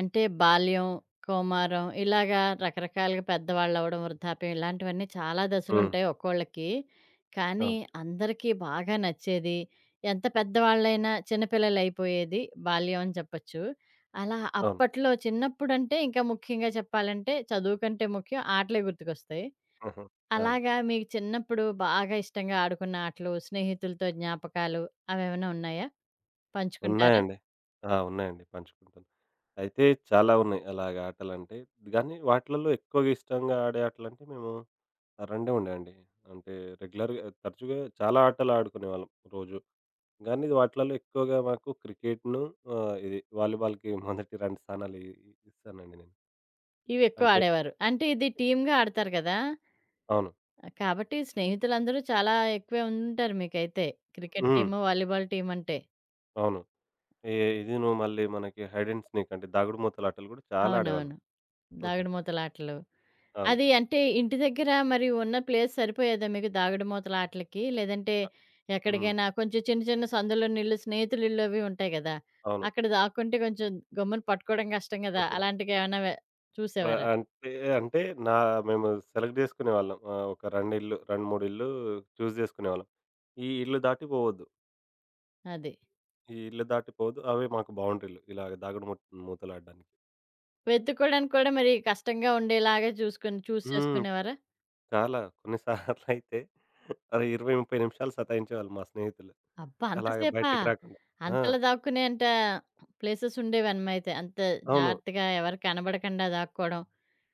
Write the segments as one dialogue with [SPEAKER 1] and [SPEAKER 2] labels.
[SPEAKER 1] అంటే బాల్యం, కౌమారం ఇలాగా రకరకాలుగా పెద్దవాళ్ళవ్వడం, వృద్ధాప్యం ఇలాంటివన్నీ చాలా
[SPEAKER 2] హ్మ్.
[SPEAKER 1] దశలుంటాయి ఒక్కోళ్ళకి. కానీ
[SPEAKER 2] అవును.
[SPEAKER 1] అందరికీ బాగా నచ్చేది, ఎంత పెద్దవాళ్ళైనా చిన్నపిల్లలయిపోయేది బాల్యం అని చెప్పొచ్చు. అలా
[SPEAKER 2] అవును.
[SPEAKER 1] అప్పట్లో చిన్నప్పుడంటే ఇంకా ముఖ్యంగా చెప్పాలంటే చదువు కంటే ముఖ్యం ఆటలే గుర్తుకొస్తాయి.
[SPEAKER 2] హుహు. అవును.
[SPEAKER 1] అలాగా మీకు చిన్నప్పుడు బాగా ఇష్టంగా ఆడుకున్న ఆటలు, స్నేహితులతో జ్ఞాపకాలు అవేమైనా ఉన్నాయా? పంచుకుంటారా?
[SPEAKER 2] ఉన్నాయండి. ఆ! ఉన్నాయండి, పంచుకుంటాను. అయితే చాలా ఉన్నాయి అలాగ ఆటలంటే. గానీ వాటిలలో ఎక్కువగా ఇష్టంగా ఆడే ఆటలంటే మేము ఆ 2 ఉండేయండి. అంటే రెగ్యులర్‌గా తరచుగా చాలా ఆటలు ఆడుకునేవాళ్ళం రోజు. గానీ వాటిలలో ఎక్కువగా మాకు క్రికెట్‌ను ఇది వాలీబాల్‌కి మొదటి 2 స్థానాలు ఇస్తానండి నేను.
[SPEAKER 1] ఇవెక్కువ
[SPEAKER 2] అంటే
[SPEAKER 1] ఆడేవారు. అంటే ఇది టీమ్‌గా ఆడతారు గదా!
[SPEAKER 2] అవును.
[SPEAKER 1] ఆ! కాబట్టి స్నేహితులందరూ చాలా ఎక్కువే ఉండుంటారు మీకైతే. క్రికెట్
[SPEAKER 2] హ్మ్.
[SPEAKER 1] టీము, వాలీబాల్ టీమ్ అంటే.
[SPEAKER 2] అవును. ఎ ఇదిను మళ్ళీ మనకి హైడ్ అండ్ స్నేక్ అంటే దాగుడుమూతల ఆటలు గూడా చాలా ఆడేవాళ్ళం.
[SPEAKER 1] అవునవును. దాగుడుమూతలాటలు.
[SPEAKER 2] అవును.
[SPEAKER 1] అది అంటే ఇంటి దగ్గర మరి ఉన్న ప్లేస్ సరిపోయేదా మీకు దాగుడుమూతలాటలకి? లేదంటే
[SPEAKER 2] హ్మ్.
[SPEAKER 1] ఎక్కడికైనా కొంచెం చిన్న చిన్న సందులోనిళ్ళు, స్నేహితులిళ్ళు అవి ఉంటాయి గదా!
[SPEAKER 2] అవును.
[SPEAKER 1] అక్కడ దాక్కుంటే కొంచెం గమ్మున పట్టుకోవడం కష్టం గదా! అలాంటికేమన్నా
[SPEAKER 2] ర
[SPEAKER 1] చూసేవారా?
[SPEAKER 2] అంటే, అంటే నా మేము సెలెక్ట్ చేసుకునేవాళ్ళం. ఒక 2 ఇల్లు 2, 3 ఇల్లు చూజ్ చేసుకునేవాళ్ళం. ఈ ఇల్లు దాటి పోవద్దు.
[SPEAKER 1] అది.
[SPEAKER 2] ఈ ఇల్లు దాటి పోవద్దు. అవే మాకు బౌండరీలు. ఇలాగ దాగుడు మూతలాడడానికి.
[SPEAKER 1] వెతుక్కోవడానికి కూడా మరి కష్టంగా ఉండేలాగా చూసుకొని
[SPEAKER 2] హ్మ్.
[SPEAKER 1] చేసుకునేవారా?
[SPEAKER 2] చాలా కొన్ని సార్లయితే అరే 20, 30 నిమిషాలు సతాయించేవాళ్ళు మా స్నేహితులు.
[SPEAKER 1] అబ్బా! అంత
[SPEAKER 2] అలాగ
[SPEAKER 1] సేపా?
[SPEAKER 2] బయటికి రాకుండా. ఆ!
[SPEAKER 1] అంతలా దాక్కునేంత ప్లేసెస్ ఉండేవన్నమయితే. అంత
[SPEAKER 2] అవును.
[SPEAKER 1] జాగ్రత్తగా ఎవరు కనబడకుండా దాక్కోడం.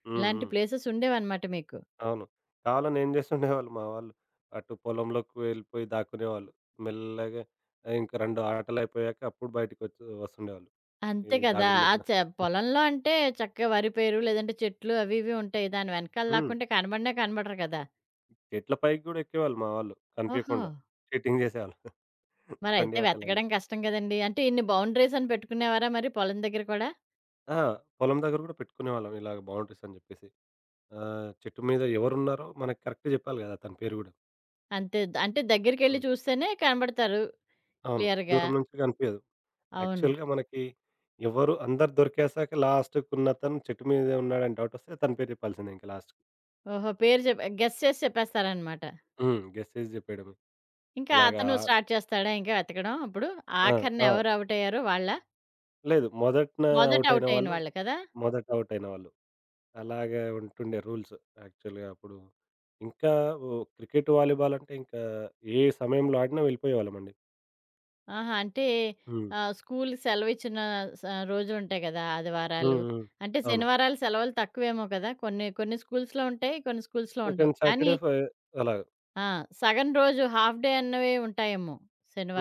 [SPEAKER 2] హ్మ్.
[SPEAKER 1] ఇలాంటి
[SPEAKER 2] హ్మ్.
[SPEAKER 1] ప్లేసెస్ ఉండేవన్నమాట మీకు.
[SPEAKER 2] అవును. కావాలని ఏం చేస్తుండేవాళ్ళు మా వాళ్ళు. అటు పొలంలోకి వెళ్ళిపోయి దాక్కునేవాళ్ళు. మెల్లగా ఇంక 2 ఆటలయిపోయాక అప్పుడు బయటికొచ్చి వస్తుండేవాళ్ళు. ఈ
[SPEAKER 1] అంతే కదా!
[SPEAKER 2] దాగుడు
[SPEAKER 1] ఆ
[SPEAKER 2] మూతల
[SPEAKER 1] చ పొలంలో అంటే చక్కగా వరి పైరు లేదంటే చెట్లు అవి ఇవి ఉంటాయి. దాని వెనకాల
[SPEAKER 2] హ్మ్.
[SPEAKER 1] లాక్కుంటే కనబడినా కనబడరు కదా!
[SPEAKER 2] చెట్ల పైకి గూడా ఎక్కేవాళ్ళు మా వాళ్ళు
[SPEAKER 1] ఓహో!
[SPEAKER 2] కనిపియకుండా. చీటింగ్ జేసేవాళ్ళు. తొండి
[SPEAKER 1] మరయితే
[SPEAKER 2] ఆటలని.
[SPEAKER 1] వెతకడం కష్టం కదండీ. అంటే ఇన్ని బౌండరీస్ అని పెట్టుకునేవారా మరి పొలం దగ్గర కూడా?
[SPEAKER 2] ఆ! పొలం దగ్గర గూడా పెట్టుకునేవాళ్ళం ఇలాగ బౌండరీస్ అని జెప్పేసి. చెట్టు మీద ఎవరున్నారో మనకి కరెక్ట్ జెప్పాలి గదా! అతని పేరు గూడా.
[SPEAKER 1] అంతే ద అంటే దగ్గరికెళ్లి
[SPEAKER 2] హ్మ్.
[SPEAKER 1] చూస్తేనే కనబడతారు
[SPEAKER 2] అవును.
[SPEAKER 1] క్లియర్‌గా.
[SPEAKER 2] దూరం నుంచి గనిపియదు.
[SPEAKER 1] అవును.
[SPEAKER 2] యాక్చువల్‌గా మనకి ఎవరు అందరు దొరికేసాక లాస్ట్‌కున్నతను చెట్టు మీద ఉన్నాడని డౌటొస్తే తన పేరు చెప్పాల్సిందే ఇంక లాస్ట్‌కి.
[SPEAKER 1] ఓహో! పేరు చెప్ప గెస్ చేసి చెప్పేస్తారనమాట.
[SPEAKER 2] హ్మ్. గెస్ చేసి జెప్పేయడమే.
[SPEAKER 1] ఇంకా
[SPEAKER 2] అలాగా
[SPEAKER 1] అతను స్టార్ట్ చేస్తాడా ఇంకా వెతకడం అప్పుడు?
[SPEAKER 2] ఆ!
[SPEAKER 1] ఆఖరిన
[SPEAKER 2] ఆ!
[SPEAKER 1] ఎవరు ఔట్ అయ్యారో వాళ్ళా?
[SPEAKER 2] లేదు. మొదటన
[SPEAKER 1] మొదట
[SPEAKER 2] ఔట్ అయిన
[SPEAKER 1] ఔట్ అయిన
[SPEAKER 2] వాళ్ళు
[SPEAKER 1] వాళ్ళు కదా!
[SPEAKER 2] మొదట ఔట్ అయిన వాళ్ళు. అలాగే ఉంటుండే రూల్స్ యాక్చువల్‌గా అప్పుడు. ఇంకా ఓ క్రికెట్, వాలీబాల్ అంటే ఇంకా ఏ సమయంలో ఆడినా వెళ్ళిపోయేవాళ్ళమండి.
[SPEAKER 1] ఆహా! అంటే
[SPEAKER 2] హ్మ్.
[SPEAKER 1] స్కూల్‌కి సెలవిచ్చిన స రోజులుంటాయి కదా!
[SPEAKER 2] హ్మ్.
[SPEAKER 1] ఆదివారాలు.
[SPEAKER 2] హ్మ్.
[SPEAKER 1] అంటే
[SPEAKER 2] అవును.
[SPEAKER 1] శనివారాలు సెలవులు తక్కువేమో కదా! కొన్ని కొన్ని స్కూల్స్‌లో ఉంటాయి. కొన్ని స్కూల్స్‌లో ఉండవు.
[SPEAKER 2] సెకండ్
[SPEAKER 1] కానీ
[SPEAKER 2] సాటర్‌డే ఫై అలాగ.
[SPEAKER 1] ఆ! సగం రోజు హాఫ్ డే అన్నవి ఉంటాయేమో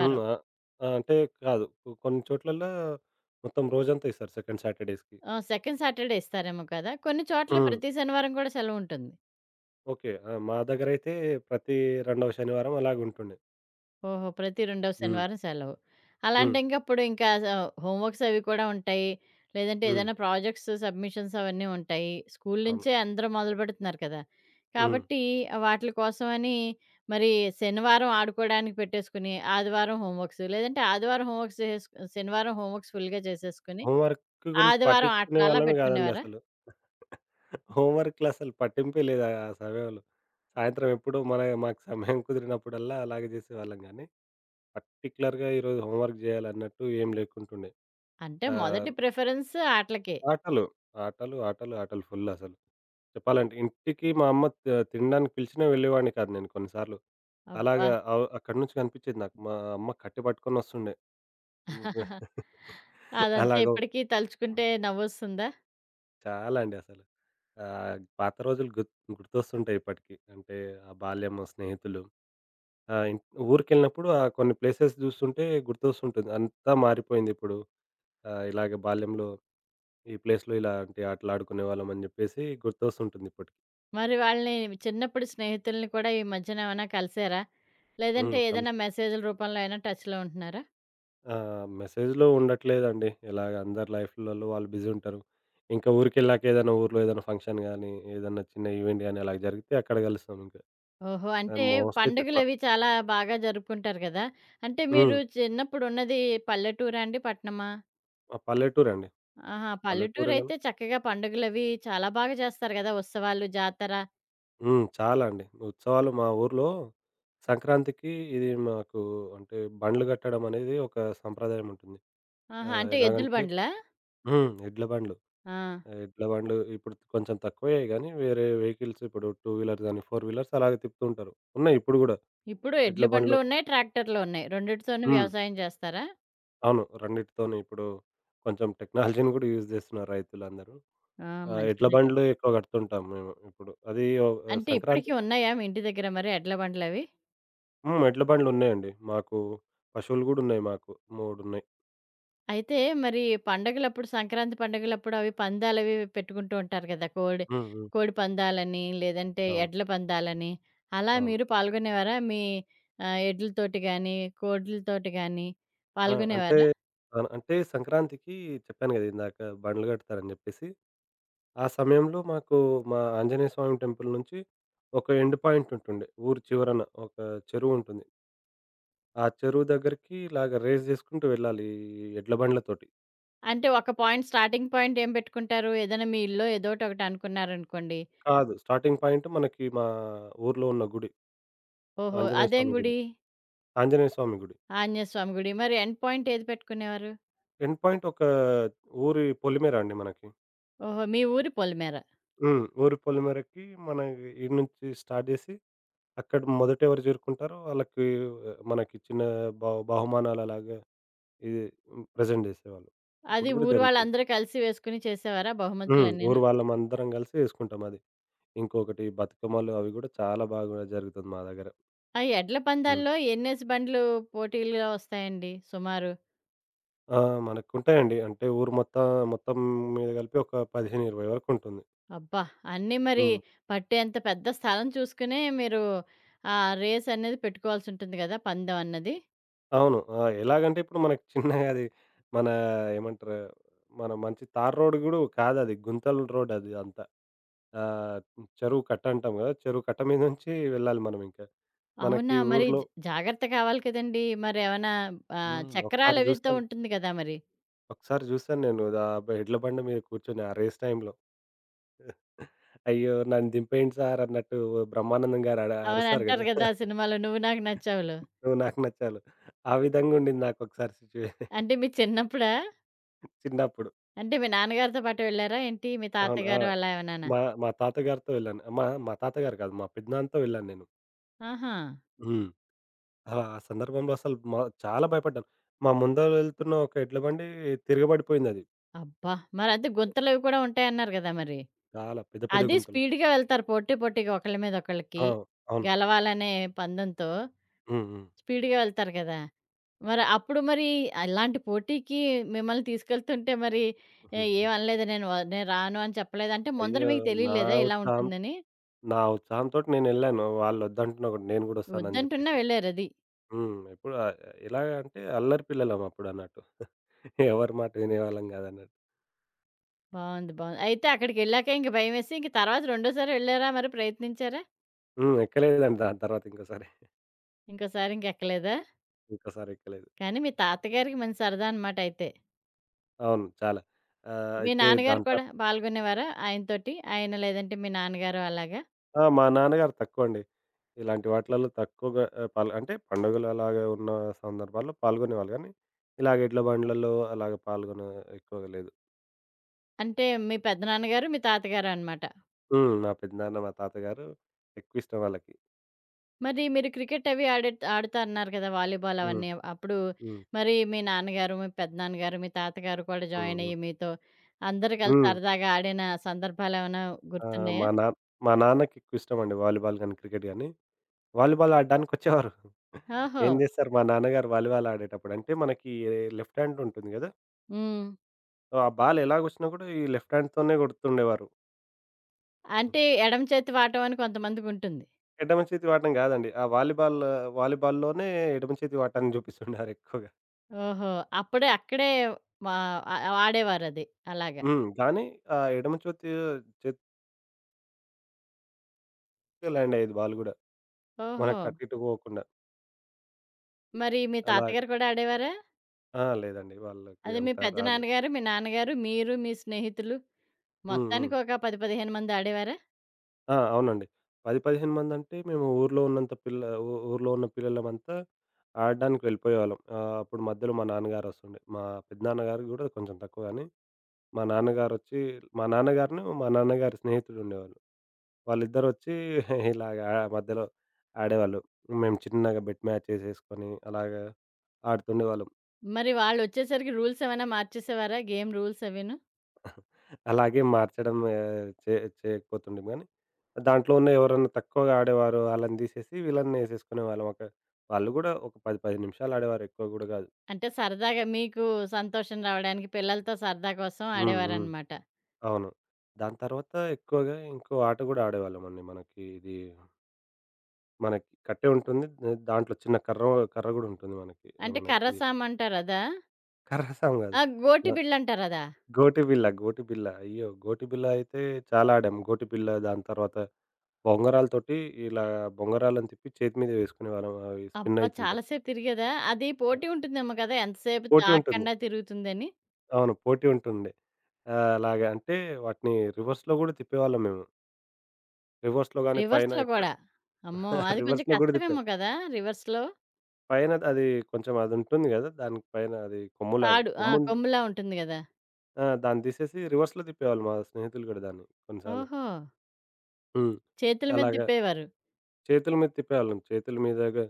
[SPEAKER 2] హ్మ్. అంటే కాదు. కొన్ని చోట్లల్లా మొత్తం రోజంతా ఇస్తారు సెకండ్ సాటర్‌డేస్‌కి.
[SPEAKER 1] ఆ! సెకండ్ సాటర్‌డే ఇస్తారేమో కదా! కొన్ని చోట్ల
[SPEAKER 2] హ్మ్.
[SPEAKER 1] ప్రతి శనివారం కూడా సెలవుంటుంది.
[SPEAKER 2] ఓకే. ఆ! మా దగ్గరైతే ప్రతి రెండవ శనివారం అలాగుంటుండే.
[SPEAKER 1] ఓహో! ప్రతి రెండవ
[SPEAKER 2] హ్మ్.
[SPEAKER 1] శనివారం సెలవు.
[SPEAKER 2] హ్మ్.
[SPEAKER 1] ఇంకప్పుడు ఇంకా స హోమ్ వర్క్స్ అవి కూడా ఉంటాయి. లేదంటే
[SPEAKER 2] హ్మ్.
[SPEAKER 1] ఏదైనా ప్రాజెక్ట్స్ సబ్మిషన్స్ అవన్నీ ఉంటాయి. స్కూలు
[SPEAKER 2] అవును.
[SPEAKER 1] నుంచే అందరూ మొదలుపెడుతున్నారు కదా!
[SPEAKER 2] హ్మ్.
[SPEAKER 1] కాబట్టి వాటిల కోసమని మరి శనివారం ఆడుకోవడానికి పెట్టేసుకొని, ఆదివారం హోమ్ వర్క్స్ లేదంటే ఆదివారం హోమ్ వర్క్స్ చేసేస్ శనివారం హోమ్ వర్క్స్ ఫుల్‌గా చేసేసుకొని,
[SPEAKER 2] హోంవర్క్ గురించి
[SPEAKER 1] ఆదివారం
[SPEAKER 2] పట్టించుకునే
[SPEAKER 1] ఆటలు అలా
[SPEAKER 2] వాళ్ళమే గాదండి
[SPEAKER 1] పెట్టుకునేవారా?
[SPEAKER 2] అసలు. హోంవర్క్‌లసలు పట్టింపే లేదు ఆ సమయంలో. సాయంత్రం ఎప్పుడో మన మాకు సమయం కుదిరినప్పుడల్లా అలాగే జేసేవాళ్ళం గానీ, పర్టిక్యులర్‌గా ఈరోజు హోంవర్క్ జేయాలన్నట్టు ఏం లేకుంటుండే.
[SPEAKER 1] అంటే మొదటి
[SPEAKER 2] ఆహ్,
[SPEAKER 1] ప్రిఫరెన్స్ ఆటలకే.
[SPEAKER 2] ఆటలు. ఆటలు, ఆటలు, ఆటలు ఫుల్ అసలు. చెప్పాలంటే ఇంటికి మా అమ్మ తినడానికి పిలిచినా వెళ్ళేవాడిని కాదు నేను కొన్ని సార్లు.
[SPEAKER 1] అబ్బా!
[SPEAKER 2] అలాగా అవ్ అక్కడి నుంచి కనిపిచ్చేది నాకు. మా అమ్మ కట్టె పట్టుకొనొస్తుండే.
[SPEAKER 1] అదంతా
[SPEAKER 2] అలాగో
[SPEAKER 1] ఇప్పటికి తలుచుకుంటే నవ్వొస్తుందా?
[SPEAKER 2] చాలా అండి అసలు. పాత రోజులు గుర్తొస్తుంటాయి ఇప్పటికి. అంటే ఆ బాల్యము, స్నేహితులు ఇన్ ఊరికెళ్ళినప్పుడు కొన్ని ప్లేసెస్ జూస్తుంటే గుర్తొస్తుంటుంది. అంతా మారిపోయింది ఇప్పుడు. ఇలాగ బాల్యంలో ఈ ప్లేస్‌లో ఇలాంటి ఆటలాడుకునేవాళ్ళం అని జెప్పేసి గుర్తొస్తుంటుంది ఇప్పటికి.
[SPEAKER 1] మరి వాళ్ళని చిన్నప్పుడు స్నేహితులని కూడా ఈ మధ్యన ఏమైనా కలిసారా?
[SPEAKER 2] హ్మ్.
[SPEAKER 1] లేదంటే ఏదైనా
[SPEAKER 2] కలుస్
[SPEAKER 1] మెసేజ్‌ల రూపంలో అయినా టచ్‌లో ఉంటున్నారా?
[SPEAKER 2] ఆ! మెసేజ్‌లో ఉండట్లేదండి. ఇలాగ అందరి లైఫ్‌లలో వాళ్ళు బిజీ ఉంటారు. ఇంకా ఊరికెళ్ళాక ఏదైనా ఊర్లో ఏదైనా ఫంక్షన్ గాని, ఏదన్నా చిన్న ఈవెంట్ గాని అలాగ జరిగితే అక్కడ కలుస్తాం ఇంక.
[SPEAKER 1] ఓహో! అంటే
[SPEAKER 2] మోస్ట్‌లీ తక్కువ.
[SPEAKER 1] పండుగలవి చాలా బాగా జరుపుకుంటారు కదా! అంటే మీరు
[SPEAKER 2] హ్మ్.
[SPEAKER 1] చిన్నప్పుడు ఉన్నది పల్లెటూరా అండి? పట్టణమా?
[SPEAKER 2] ఆ! పల్లెటూరండి.
[SPEAKER 1] ఆహా!
[SPEAKER 2] పల్లెటూరే గాని
[SPEAKER 1] పల్లెటూరైతే చక్కగా పండుగలవి చాలా బాగా చేస్తారు కదా! ఉత్సవాలు, జాతర.
[SPEAKER 2] హ్మ్. చాలా అండి. ఉత్సవాలు మా ఊర్లో సంక్రాంతికి ఇది మాకు అంటే బండ్లు కట్టడం అనేది ఒక సంప్రదాయం ఉంటుంది.
[SPEAKER 1] ఆహా! అంటే ఎద్దుల
[SPEAKER 2] ఎలాగంటే
[SPEAKER 1] బండ్లా?
[SPEAKER 2] హ్మ్. ఎడ్ల బండ్లు.
[SPEAKER 1] ఆ!
[SPEAKER 2] ఎడ్ల బండ్లు ఇప్పుడు కొంచెం తక్కువే గానీ, వేరే వెహికల్స్ ఇప్పుడు టూ వీలర్స్ గానీ, ఫోర్ వీలర్స్ అలాగే తిప్పుతూ ఉంటారు. ఉన్నాయి ఇప్పుడు గూడా
[SPEAKER 1] ఇప్పుడు
[SPEAKER 2] ఎడ్ల
[SPEAKER 1] ఎడ్ల బండ్లు
[SPEAKER 2] బండ్లు.
[SPEAKER 1] ఉన్నాయి, ట్రాక్టర్లు ఉన్నాయి. రెండిటితోనూ
[SPEAKER 2] హ్మ్.
[SPEAKER 1] వ్యవసాయం చేస్తారా?
[SPEAKER 2] అవును. రెండిటితోనే ఇప్పుడు కొంచెం టెక్నాలజీని గూడా యూజ్ జేస్తున్నారు రైతులందరూ.
[SPEAKER 1] ఆ!
[SPEAKER 2] ఆ! ఎడ్ల
[SPEAKER 1] మంచిదే కదా!
[SPEAKER 2] బండ్లు ఎక్కువ గడుతుంటాం మేము ఇప్పుడు. అది ఓ
[SPEAKER 1] అంటే ఇప్పటికి
[SPEAKER 2] సంక్రాంతికి
[SPEAKER 1] ఉన్నాయా మీ ఇంటి దగ్గర మరి ఎడ్ల బండ్లవి?
[SPEAKER 2] హ్మ్. ఎడ్ల బండ్లున్నాయండి. మాకు పశువులు గూడున్నాయి మాకు. 3 ఉన్నాయి.
[SPEAKER 1] అయితే మరి పండగలప్పుడు సంక్రాంతి పండగలప్పుడు అవి పందాలవి పెట్టుకుంటూ ఉంటారు కదా! కోడి
[SPEAKER 2] హ్మ్. హ్మ్.
[SPEAKER 1] కోడి పందాలని, లేదంటే
[SPEAKER 2] అవును.
[SPEAKER 1] ఎడ్ల పందాలని. అలా
[SPEAKER 2] అవును.
[SPEAKER 1] మీరు పాల్గొనేవారా? మీ ఎడ్లతోటి గానీ, కోడ్లతోటి గానీ
[SPEAKER 2] ఆ! అంటే,
[SPEAKER 1] పాల్గొనేవారా?
[SPEAKER 2] అన్ అంటే సంక్రాంతికి చెప్పాను గదా! ఇందాక బండ్లు గడతారని జెప్పేసి ఆ సమయంలో మాకు మా ఆంజనేయ స్వామి టెంపుల్ నుంచి ఒక ఎండ్ పాయింట్ ఉంటుండే. ఊరు చివరన ఒక చెరువుంటుంది. ఆ చెరువు దగ్గరికి ఇలాగ రేస్ జేసుకుంటూ వెళ్ళాలి ఈ ఎడ్ల బండ్లతోటి.
[SPEAKER 1] అంటే ఒక పాయింట్ స్టార్టింగ్ పాయింట్ ఏం పెట్టుకుంటారు? ఏదైనా మీ ఇల్లో ఏదోటొకటి అనుకున్నారనుకోండి.
[SPEAKER 2] కాదు. స్టార్టింగ్ పాయింట్ మనకి మా ఊర్లో ఉన్న గుడి.
[SPEAKER 1] ఓహో!
[SPEAKER 2] ఆంజనేయ
[SPEAKER 1] అదేం
[SPEAKER 2] స్వామి గుడి.
[SPEAKER 1] గుడి?
[SPEAKER 2] ఆంజనేయ స్వామి గుడి.
[SPEAKER 1] ఆంజనేయస్వామి గుడి. మరి ఎండ్ పాయింట్ ఏది పెట్టుకునేవారు?
[SPEAKER 2] ఎండ్ పాయింట్ ఒక ఊరి పొలిమేర అండి మనకి.
[SPEAKER 1] ఓహో! మీ ఊరి పొలిమేర.
[SPEAKER 2] హ్మ్. ఊరి పొలిమేరకి మన ఈడ నుంచి స్టార్ట్ జేసి అక్కడ మొదట ఎవరు చేరుకుంటారో వాళ్ళకి ఆ, మనకి చిన్న బహుమానాలలాగా ఇది హ్మ్. ప్రెజెంట్ జేసేవాళ్ళు.
[SPEAKER 1] అది
[SPEAKER 2] ఇప్పుడు గూడా
[SPEAKER 1] ఊరు
[SPEAKER 2] జరుగుతుంది.
[SPEAKER 1] వాళ్ళందరూ కలిసి వేసుకుని చేసేవారా
[SPEAKER 2] హ్మ్.
[SPEAKER 1] బహుమతులన్నీను?
[SPEAKER 2] ఊరు వాళ్ళమందరం గలిసి చేసుకుంటాం అది. ఇంకొకటి బతుకమ్మలు అవి గూడా చాలా బాగా జరుగుతుంది మా దగ్గర.
[SPEAKER 1] ఆ ఎడ్ల
[SPEAKER 2] హ్మ్.
[SPEAKER 1] పందాల్లో ఎన్నేసి బండ్లు పోటీలుగా వస్తాయండి సుమారు?
[SPEAKER 2] ఆ! మనకుంటాయండి. అంటే ఊరు మొత్తం మొత్తం మీద కలిపి ఒక 15, 20 వరకుంటుంది.
[SPEAKER 1] అబ్బా! అన్నీ మరి
[SPEAKER 2] హ్మ్.
[SPEAKER 1] పట్టేంత పెద్ద స్థలం చూసుకునే మీరు ఆ రేస్ అనేది పెట్టుకోవాల్సుంటుంది గదా! పందెం అన్నది.
[SPEAKER 2] అవును. ఆ! ఎలాగంటే ఇప్పుడు మనకి చిన్నగా అది మన ఏమంటారు? మన మంచి తారు రోడ్ గూడా కాదది. గుంతల రోడ్ అది అంతా. ఆహ్, చెరువు కట్ట అంటాం గదా! చెరువు కట్ట మీద నుంచి వెళ్ళాలి మనమింకా.
[SPEAKER 1] అవునా?
[SPEAKER 2] మనకి
[SPEAKER 1] మరి
[SPEAKER 2] ఊర్లో
[SPEAKER 1] జాగ్రత్త కావాలి కదండీ! మరేమన్నా ఆహ్,
[SPEAKER 2] హ్మ్. ఒకసారి
[SPEAKER 1] చక్రాలవితో
[SPEAKER 2] జూస్తాను
[SPEAKER 1] ఉంటుంది గదా మరి.
[SPEAKER 2] ఒకసారి చూసాను నేను. దా బ ఎడ్ల బండి మీద కూర్చొని ఆ రేస్ టైమ్‌లో. అయ్యో! నన్ను దింపేయండి సార్ అన్నట్టు బ్రహ్మానందం గారు అడ
[SPEAKER 1] అవును.
[SPEAKER 2] అరుస్తారు
[SPEAKER 1] అంటారు
[SPEAKER 2] గదా!
[SPEAKER 1] గదా సినిమాలో 'నువ్వు నాకు నచ్చావులో'.
[SPEAKER 2] నువ్వు నాకు నచ్చాలి. ఆ విధంగా ఉండింది నాకొకసారి సిట్యుయేషన్
[SPEAKER 1] అంటే మీ చిన్నప్పుడా?
[SPEAKER 2] చిన్నప్పుడు.
[SPEAKER 1] అంటే మీ నాన్నగారితో పాటు వెళ్లారా ఏంటి? మీ
[SPEAKER 2] అవును. ఆ!
[SPEAKER 1] తాతగారు అలా ఏమన్నానా?
[SPEAKER 2] మా మా తాతగారితో వెళ్ళాను. మా మా తాతగారు కాదు. మా పెదనాన్నతో వెళ్ళాను నేను.
[SPEAKER 1] ఆహా!
[SPEAKER 2] హ్మ్. ఆ సందర్భంలో అసలు మ చాలా భయపడ్డాను. మా ముందర వెళ్తున్న ఒక ఎడ్ల బండి తిరగబడిపోయిందది.
[SPEAKER 1] అబ్బా! మరైతే గుంతలవి కూడా ఉంటాయన్నారు గదా మరి?
[SPEAKER 2] చాలా పెద్ద పెద్ద
[SPEAKER 1] అది
[SPEAKER 2] గుంతలో.
[SPEAKER 1] స్పీడ్‌గా వెళ్తారు పోటీ పోటీగా ఒకళ్ళ మీద ఒకళ్ళకి.
[SPEAKER 2] ఆ! అవును.
[SPEAKER 1] గెలవాలనే పందెంతో
[SPEAKER 2] హ్మ్.
[SPEAKER 1] స్పీడ్‌గా వెళ్తారు కదా! మరి అప్పుడు మరి అలాంటి పోటీకి మిమ్మల్ని తీసుకెళ్తుంటే మరి ఆహ్, ఏం
[SPEAKER 2] హ్మ్.
[SPEAKER 1] అనలేదా? నేను రాను అని చెప్పలేదా? అంటే ముందర
[SPEAKER 2] అయ్యో!
[SPEAKER 1] మీకు
[SPEAKER 2] నా
[SPEAKER 1] తెలియలేదా ఇలా
[SPEAKER 2] ఉత్సాహం
[SPEAKER 1] ఉంటుందని?
[SPEAKER 2] నా ఉత్సాహంతోటి నేనెళ్ళాను. వాళ్ళొద్దంటున్నా గూడా నేను గూడా ఒస్తానని
[SPEAKER 1] వద్దంటున్నా
[SPEAKER 2] జెప్పేసి.
[SPEAKER 1] వెళ్లారది.
[SPEAKER 2] హ్మ్. ఎప్పుడు ఎలాగ అంటే అల్లరి పిల్లలం అప్పుడన్నట్టు. ఎవరి మాట వినేవాళ్ళం గాదన్నట్టు.
[SPEAKER 1] బావుంది. బావుంది. అయితే అక్కడికెళ్ళాక ఇంక భయమేసి ఇంక తర్వాత రెండోసారి వెళ్లారా? మరి ప్రయత్నించారా?
[SPEAKER 2] హ్మ్. ఎక్కలేదండి దాని తర్వాత ఇంకోసారి.
[SPEAKER 1] ఇంకోసారి ఇంకెక్కలేదా?
[SPEAKER 2] ఇంకోసారి ఎక్కలేదు.
[SPEAKER 1] కానీ మీ తాతగారికి మంచి సరదా అన్నమాట అయితే.
[SPEAKER 2] అవును. చాలా.
[SPEAKER 1] మీ
[SPEAKER 2] అయితే
[SPEAKER 1] నాన్నగారు
[SPEAKER 2] దాని
[SPEAKER 1] కూడా పాల్గొనేవారా ఆయనతోటి? ఆయన లేదంటే మీ నాన్నగారు అలాగా?
[SPEAKER 2] తర్వాత మా నాన్నగారు తక్కువండి. ఇలాంటి వాటిలలో తక్కువగా పాల్ అంటే పండుగలు అలాగా ఉన్న సందర్భాల్లో పాల్గొనేవాళ్ళు గానీ, ఇలాగ ఎడ్ల బండ్లలో అలాగ పాల్గొన ఎక్కువగా లేదు.
[SPEAKER 1] అంటే మీ పెద్దనాన్నగారు, మీ తాతగారు అనమాట.
[SPEAKER 2] హ్మ్. మా పెద్దనాన్న, మా తాతగారు ఎక్కువిష్టం వాళ్ళకి.
[SPEAKER 1] మరి మీరు క్రికెట్ అవి ఆడుతా అన్నారు కదా! వాలీబాల్
[SPEAKER 2] హ్మ్.
[SPEAKER 1] అవన్నీ. అప్పుడు
[SPEAKER 2] హ్మ్.
[SPEAKER 1] మరి మీ నాన్నగారు, మీ పెద్దనాన్నగారు, మీ తాతగారు కూడా
[SPEAKER 2] హ్మ్.
[SPEAKER 1] జాయిన్
[SPEAKER 2] హ్మ్.
[SPEAKER 1] అయ్యి మీతో అందరూ కలిసి
[SPEAKER 2] హ్మ్.
[SPEAKER 1] సరదాగా ఆడిన సందర్భాలేమైనా
[SPEAKER 2] ఆ!
[SPEAKER 1] గుర్తున్నాయా?
[SPEAKER 2] మా నాన్న మా నాన్నకి ఎక్కువ ఇష్టమండి వాలీబాల్ గాని, క్రికెట్ గాని. వాలీబాల్ ఆడడానికొచ్చేవారు.
[SPEAKER 1] ఓహో!
[SPEAKER 2] ఏం జేస్తారు మా నాన్నగారు వాలీబాల్ ఆడేటప్పుడు అంటే మనకి లెఫ్ట్ హ్యాండ్ ఉంటుంది గదా!
[SPEAKER 1] హ్మ్.
[SPEAKER 2] ఆ బాల్ ఎలాగొచ్చినా గూడా ఈ లెఫ్ట్ హ్యాండ్‌తోనే గొడుతుండేవారు.
[SPEAKER 1] అంటే ఎడమ చేతి వాటం అని కొంతమందికుంటుంది.
[SPEAKER 2] ఎడమ చేతి వాడడం గాదండి. ఆ వాలీబాల్ వాలీబాల్‌లోనే ఎడమ చేతి వాడటాన్ని జూపిస్తుండారు ఎక్కువగా.
[SPEAKER 1] ఓహో! అప్పుడే అక్కడే మా ఆహ్, ఆడేవారది. అలాగా.
[SPEAKER 2] హ్మ్. కానీ ఆ ఎడమ చేతి చేతికే ల్యాండ్ అయ్యేది బాల్ గూడా.
[SPEAKER 1] ఓహో!
[SPEAKER 2] మనకు అటు ఇటు పోకుండా
[SPEAKER 1] మరి మీ
[SPEAKER 2] అలా
[SPEAKER 1] తాతగారు కూడా ఆడేవారా?
[SPEAKER 2] ఆ! లేదండి. వాళ్ళకి
[SPEAKER 1] అదే మీ
[SPEAKER 2] అంత
[SPEAKER 1] పెద్ద
[SPEAKER 2] రాదు.
[SPEAKER 1] నాన్నగారు, మీ నాన్నగారు, మీరు, మీ స్నేహితులు
[SPEAKER 2] హ్మ్. హ్మ్.
[SPEAKER 1] మొత్తానికి ఒక 10, 15 మంది ఆడేవారా?
[SPEAKER 2] ఆ! అవునండి. 10, 15 మందంటే మేము ఊర్లో ఉన్నంత పిల్ల ఊ ఊర్లో ఉన్న పిల్లలమంతా ఆడడానికి వెళ్ళిపోయేవాళ్ళం. అప్పుడు మధ్యలో మా నాన్నగారొస్తుండే. మా పెద్దనాన్నగారు గూడా కొంచెం తక్కువ గానీ, మా నాన్నగారొచ్చి మా నాన్నగారును, మా నాన్నగారి స్నేహితుడుండేవాళ్ళు. వాళ్ళిద్దరొచ్చి ఇలాగ మధ్యలో ఆడేవాళ్ళు. మేము చిన్నగా బెట్ మ్యాచెసేసుకొని అలాగా ఆడుతుండేవాళ్ళం.
[SPEAKER 1] మరి వాళ్ళొచ్చేసరికి రూల్స్ ఏమైనా మార్చేసేవారా? Game rules అవిను?
[SPEAKER 2] అలాగే మార్చడం చే చేయకపోతుండేము గానీ, దాంట్లో ఉన్న ఎవరన్నా తక్కువగా ఆడేవారు ఆళ్ళని తీసేసి వీళ్ళని ఏసేసుకునేవాళ్ళం. ఒక వాళ్ళు గూడా ఒక 10, 15 నిమిషాలు ఆడేవారు. ఎక్కువ గూడా గాదు.
[SPEAKER 1] అంటే సరదాగా మీకు సంతోషం రావడానికి పిల్లలతో సరదా కోసం
[SPEAKER 2] హ్మ్. హ్మ్.
[SPEAKER 1] ఆడేవారనమాట.
[SPEAKER 2] అవును. దాని తర్వాత ఎక్కువగా ఇంకో ఆట గూడా ఆడేవాళ్ళమండి. మనకి ఇది మనకి కట్టే ఉంటుంది. దా దాంట్లో చిన్న కర్ర కర్ర గూడా ఉంటుంది మనకి. ఆ,
[SPEAKER 1] అంటే
[SPEAKER 2] మనకి
[SPEAKER 1] కర్రసామ అంటారదా?
[SPEAKER 2] కర్ర సాము గాదు.
[SPEAKER 1] ఆ! గోటి
[SPEAKER 2] మ
[SPEAKER 1] బిళ్ళంటారదా?
[SPEAKER 2] గోటిబిల్ల, గోటిబిల్ల. అయ్యో! గోటిబిల్ల అయితే చాలా ఆడాం. గోటిబిల్ల దాని తర్వాత బొంగరాలతోటి ఇలా బొంగరాలను తిప్పి చేతి మీద వేసుకునేవాళ్ళం. అవి స్పిన్
[SPEAKER 1] అబ్బా!
[SPEAKER 2] అయితుంటే.
[SPEAKER 1] చాలా సేపు తిరిగేదా? అది పోటీ ఉంటుందేమో కదా! ఎంతసేపు
[SPEAKER 2] పోటీ ఉంటుంది.
[SPEAKER 1] ఆగకుండా తిరుగుతుందని.
[SPEAKER 2] అవును. పోటీ ఉంటుండే. అలాగా అంటే వాటిని రివర్స్‌లో గూడా తిప్పేవాళ్ళం మేము. రివర్స్‌లో గాని పైన
[SPEAKER 1] రివర్స్‌లో
[SPEAKER 2] ఇట్లా
[SPEAKER 1] గూడా. అమ్మో! అది కొంచెం
[SPEAKER 2] రివర్స్‌లో గూడా తిప్పాం.
[SPEAKER 1] కష్టమేమో కదా! రివర్స్‌లో
[SPEAKER 2] పైన అది కొంచెం అది ఉంటుంది గదా! దానికి పైన అది కొమ్ములాగా.
[SPEAKER 1] తాడు. ఆ!
[SPEAKER 2] కొమ్మున్
[SPEAKER 1] కొమ్ములా ఉంటుంది గదా!
[SPEAKER 2] ఆ! దాన్ని తీసేసి రివర్స్‌లో తిప్పేవాళ్ళు మా స్నేహితులు గూడా దాన్ని కొన్ని సార్లు.
[SPEAKER 1] ఓహో!
[SPEAKER 2] హ్మ్.
[SPEAKER 1] చేతుల మీద
[SPEAKER 2] అలాగా
[SPEAKER 1] తిప్పేవారు.
[SPEAKER 2] చేతుల మీద తిప్పేవాళ్ళం. చేతుల మీదగా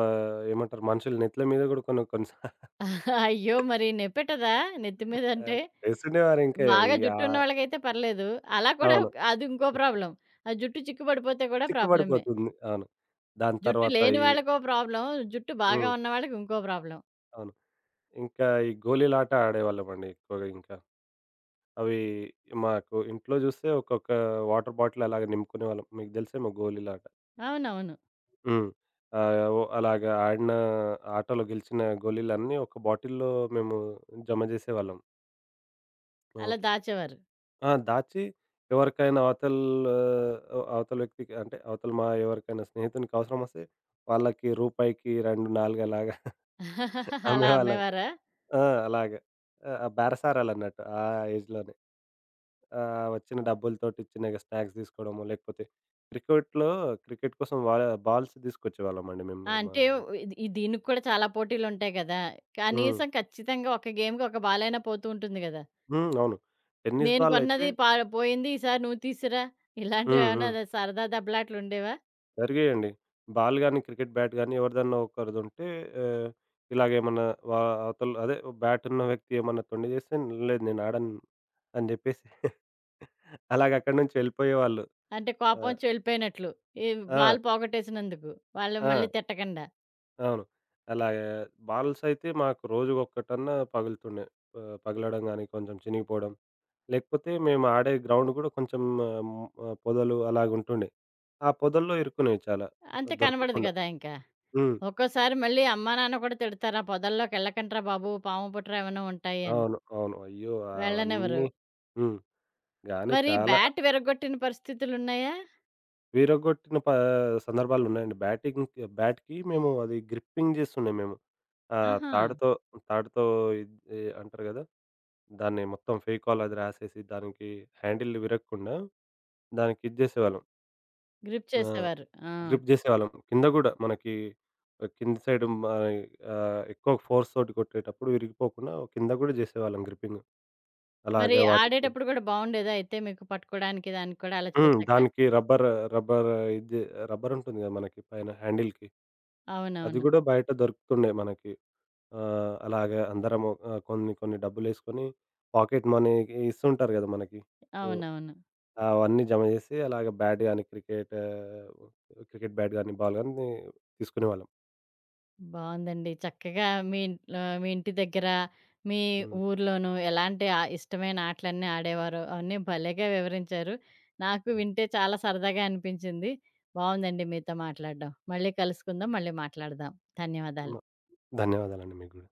[SPEAKER 2] ఏమంటారు మనుషుల నెత్తుల మీద గూడా కొన్ని కొన్ని సా
[SPEAKER 1] అయ్యో! మరి నెప్పెట్టదా? నెత్తి మీద
[SPEAKER 2] ఆ!
[SPEAKER 1] అంటే
[SPEAKER 2] చేస్తుండేవారింకా
[SPEAKER 1] బాగా
[SPEAKER 2] ఈ
[SPEAKER 1] జుట్టున్న వాళ్ళకైతే పర్లేదు. అలా కూడా
[SPEAKER 2] అవును.
[SPEAKER 1] అది ఇంకో ప్రాబ్లమ్. ఆ జుట్టు చిక్కు పడిపోతే కూడా
[SPEAKER 2] చిక్కు
[SPEAKER 1] ప్రాబ్లమే.
[SPEAKER 2] పడిపోతుంది. అవును. దాని
[SPEAKER 1] జుట్టు
[SPEAKER 2] తర్వాత
[SPEAKER 1] లేని
[SPEAKER 2] ఈ
[SPEAKER 1] వాళ్ళకో ప్రాబ్లమ్. జుట్టు బాగా
[SPEAKER 2] హ్మ్.
[SPEAKER 1] ఉన్న వాళ్ళకి ఇంకో ప్రాబ్లమ్.
[SPEAKER 2] అవును. ఇంకా ఈ గోళీలాట ఆడేవాళ్ళమండి ఎక్కువగా ఇంకా. అవి మాకు ఇంట్లో జూస్తే ఒక్కొక్క వాటర్ బాటిల్ అలాగ నింపుకునేవాళ్ళం. మీకు తెలిసేమో గోళీలాట.
[SPEAKER 1] అవునవును.
[SPEAKER 2] హ్మ్. ఓ అలాగా ఆడిన ఆటలో గెలిచిన గోళీలన్నీ ఒక బాటిల్‌లో మేము జమ జేసేవాళ్ళం. ఆ!
[SPEAKER 1] అలా దాచేవారు.
[SPEAKER 2] ఆ! దాచి ఎవరికైనా అవతల అవతల వ్యక్తికి అంటే అవతల మా ఎవరికైనా స్నేహితునికి అవసరమొస్తే వాళ్ళకి రూపాయికి 2, 4 అలాగా
[SPEAKER 1] అలా
[SPEAKER 2] అమ్మేవాళ్ళం.
[SPEAKER 1] అమ్మేవారా?
[SPEAKER 2] ఆ! అలాగే. ఆ! బేరసారాలన్నట్టు ఆ ఏజ్‌లోనే. వచ్చిన డబ్బులతోటి చిన్నగా స్నాక్స్ తీసుకోవడము, లేకపోతే క్రికెట్‌లో క్రికెట్ కోసం వా బాల్స్ తీసుకొచ్చేవాళ్ళమండి మేము.
[SPEAKER 1] ఆ!
[SPEAKER 2] మా
[SPEAKER 1] అంటే ఇది ఈ దీనికి కూడా చాలా పోటీలుంటాయి గదా!
[SPEAKER 2] హ్మ్.
[SPEAKER 1] కనీసం ఖచ్చితంగా ఒక గేమ్‌కి ఒక బాలైనా పోతూ ఉంటుంది గదా!
[SPEAKER 2] హ్మ్. అవును. టెన్నిస్
[SPEAKER 1] నేను
[SPEAKER 2] బాల్ అయితే
[SPEAKER 1] కొన్నది పా పోయింది ఈసారి నువ్వు తీసురా
[SPEAKER 2] హ్మ్. హ్మ్.
[SPEAKER 1] ఇలాంటివేమన్నా సరదా దెబ్బలాటలుండేవా?
[SPEAKER 2] జరిగాయండి. బాల్ గాని, క్రికెట్ బ్యాట్ గాని ఎవరిదన్నా ఒకరిదుంటే ఆహ్, ఇలాగేమన్నా వా అవతల అదే బ్యాటున్న వ్యక్తి ఏమన్నా తొండి చేస్తే "లేదు నేనాడను" అని జెప్పేసి అలాగక్కడి నుంచి వెళ్ళిపోయేవాళ్ళు.
[SPEAKER 1] అంటే
[SPEAKER 2] ఆహ్,
[SPEAKER 1] కోపమొచ్చి వెళ్ళిపోయినట్లు. ఈ
[SPEAKER 2] ఆ!
[SPEAKER 1] వాళ్ళు పోగొట్టేసినందుకు. వాళ్ళు మళ్ళీ
[SPEAKER 2] ఆ!
[SPEAKER 1] తిట్టకండా.
[SPEAKER 2] అవును. అలాగే బాల్స్ అయితే మాకు రోజుకొక్కటన్నా పగులుతుండే. పగలడం గాని, కొంచెం చినిగిపోవడం. లేకపోతే మేము ఆడే గ్రౌండ్ గూడా కొంచెం పొదలు అలాగుంటుండే. ఆ పొదల్లో ఇరుక్కునేవి చాలా
[SPEAKER 1] అంతే కనబడదు
[SPEAKER 2] దొరకకుండా.
[SPEAKER 1] కదా ఇంకా.
[SPEAKER 2] హ్మ్.
[SPEAKER 1] ఒక్కోసారి మళ్ళీ అమ్మా, నాన్న కూడా తిడతారు. "ఆ పొదల్లోకెళ్ళకండ్రా బాబు. పాము పుట్ర ఏమైనా ఉంటాయి" అని.
[SPEAKER 2] అవును. అవును. అయ్యో!
[SPEAKER 1] వెళ్ళనివ్వరు.
[SPEAKER 2] అవన్నీ హ్మ్. గానీ
[SPEAKER 1] మరి
[SPEAKER 2] చాలా
[SPEAKER 1] బ్యాట్ విరగ్గొట్టిన పరిస్థితులున్నాయా?
[SPEAKER 2] విరగ్గొట్టిన ప సందర్భాలున్నాయండి. బ్యాటింగ్‌కి బ్యాట్‌కి మేము అది గ్రిప్పింగ్ జేస్తుండే మేము.
[SPEAKER 1] ఆహా!
[SPEAKER 2] తాడుతో తాడుతో ఇద్ ఎ అంటారు గదా! దాన్ని మొత్తం ఫెవికాల్ అది రాసేసి దానికి హ్యాండిల్ విరగకుండా దానికి ఇది జేసేవాళ్ళం.
[SPEAKER 1] గ్రిప్
[SPEAKER 2] ఆ!
[SPEAKER 1] చేసేవారు. ఆ!
[SPEAKER 2] గ్రిప్ జేసేవాళ్ళం. కింద గూడా మనకి కింద సైడ్ మనయి ఎక్కువ ఫోర్స్ తోటి కొట్టేటప్పుడు విరిగిపోకుండా కింద గూడా జేసేవాళ్ళం గ్రిప్పింగ్.
[SPEAKER 1] మరి
[SPEAKER 2] అలాగా వాటికి
[SPEAKER 1] ఆడేటప్పుడు కూడా బావుండేదా అయితే మీకు పట్టుకోడానికి దానికి కూడా అలా
[SPEAKER 2] హ్మ్.
[SPEAKER 1] చేశాక?
[SPEAKER 2] దానికి రబ్బర్ ఇది రబ్బరుంటుంది గదా! మనకి పైన హ్యాండిల్‌కి. అది
[SPEAKER 1] అవునవును.
[SPEAKER 2] గూడా బయట దొరుకుతుండే మనకి. అలాగే అందరము కొన్ని కొన్ని డబ్బులేసుకొని పాకెట్ మనీకి ఇస్తుంటారు గదా! మనకి. హ్మ్.
[SPEAKER 1] అవునవును.
[SPEAKER 2] అవన్నీ జమ జేసి అలాగే బ్యాట్ గాని, క్రికెట్ క్రికెట్ బ్యాట్ గాని, బాల్ గాని తీసుకునేవాళ్ళం.
[SPEAKER 1] బావుందండి. చక్కగా మీ ఇంట్లో మీ ఇంటి దగ్గర, మీ
[SPEAKER 2] హ్మ్.
[SPEAKER 1] ఊర్లోనూ ఎలాంటి ఆ ఇష్టమైన ఆటలన్నీ ఆడేవారో అవన్నీ భలేగా వివరించారు. నాకు
[SPEAKER 2] హ్మ్.
[SPEAKER 1] వింటే చాలా సరదాగా అనిపించింది. బావుందండి మీతో మాట్లాడడం. మళ్ళీ కలుసుకుందాం. మళ్ళీ మాట్లాడదాం.
[SPEAKER 2] మ
[SPEAKER 1] ధన్యవాదాలు.
[SPEAKER 2] ధన్యవాదాలండి మీకు గూడా.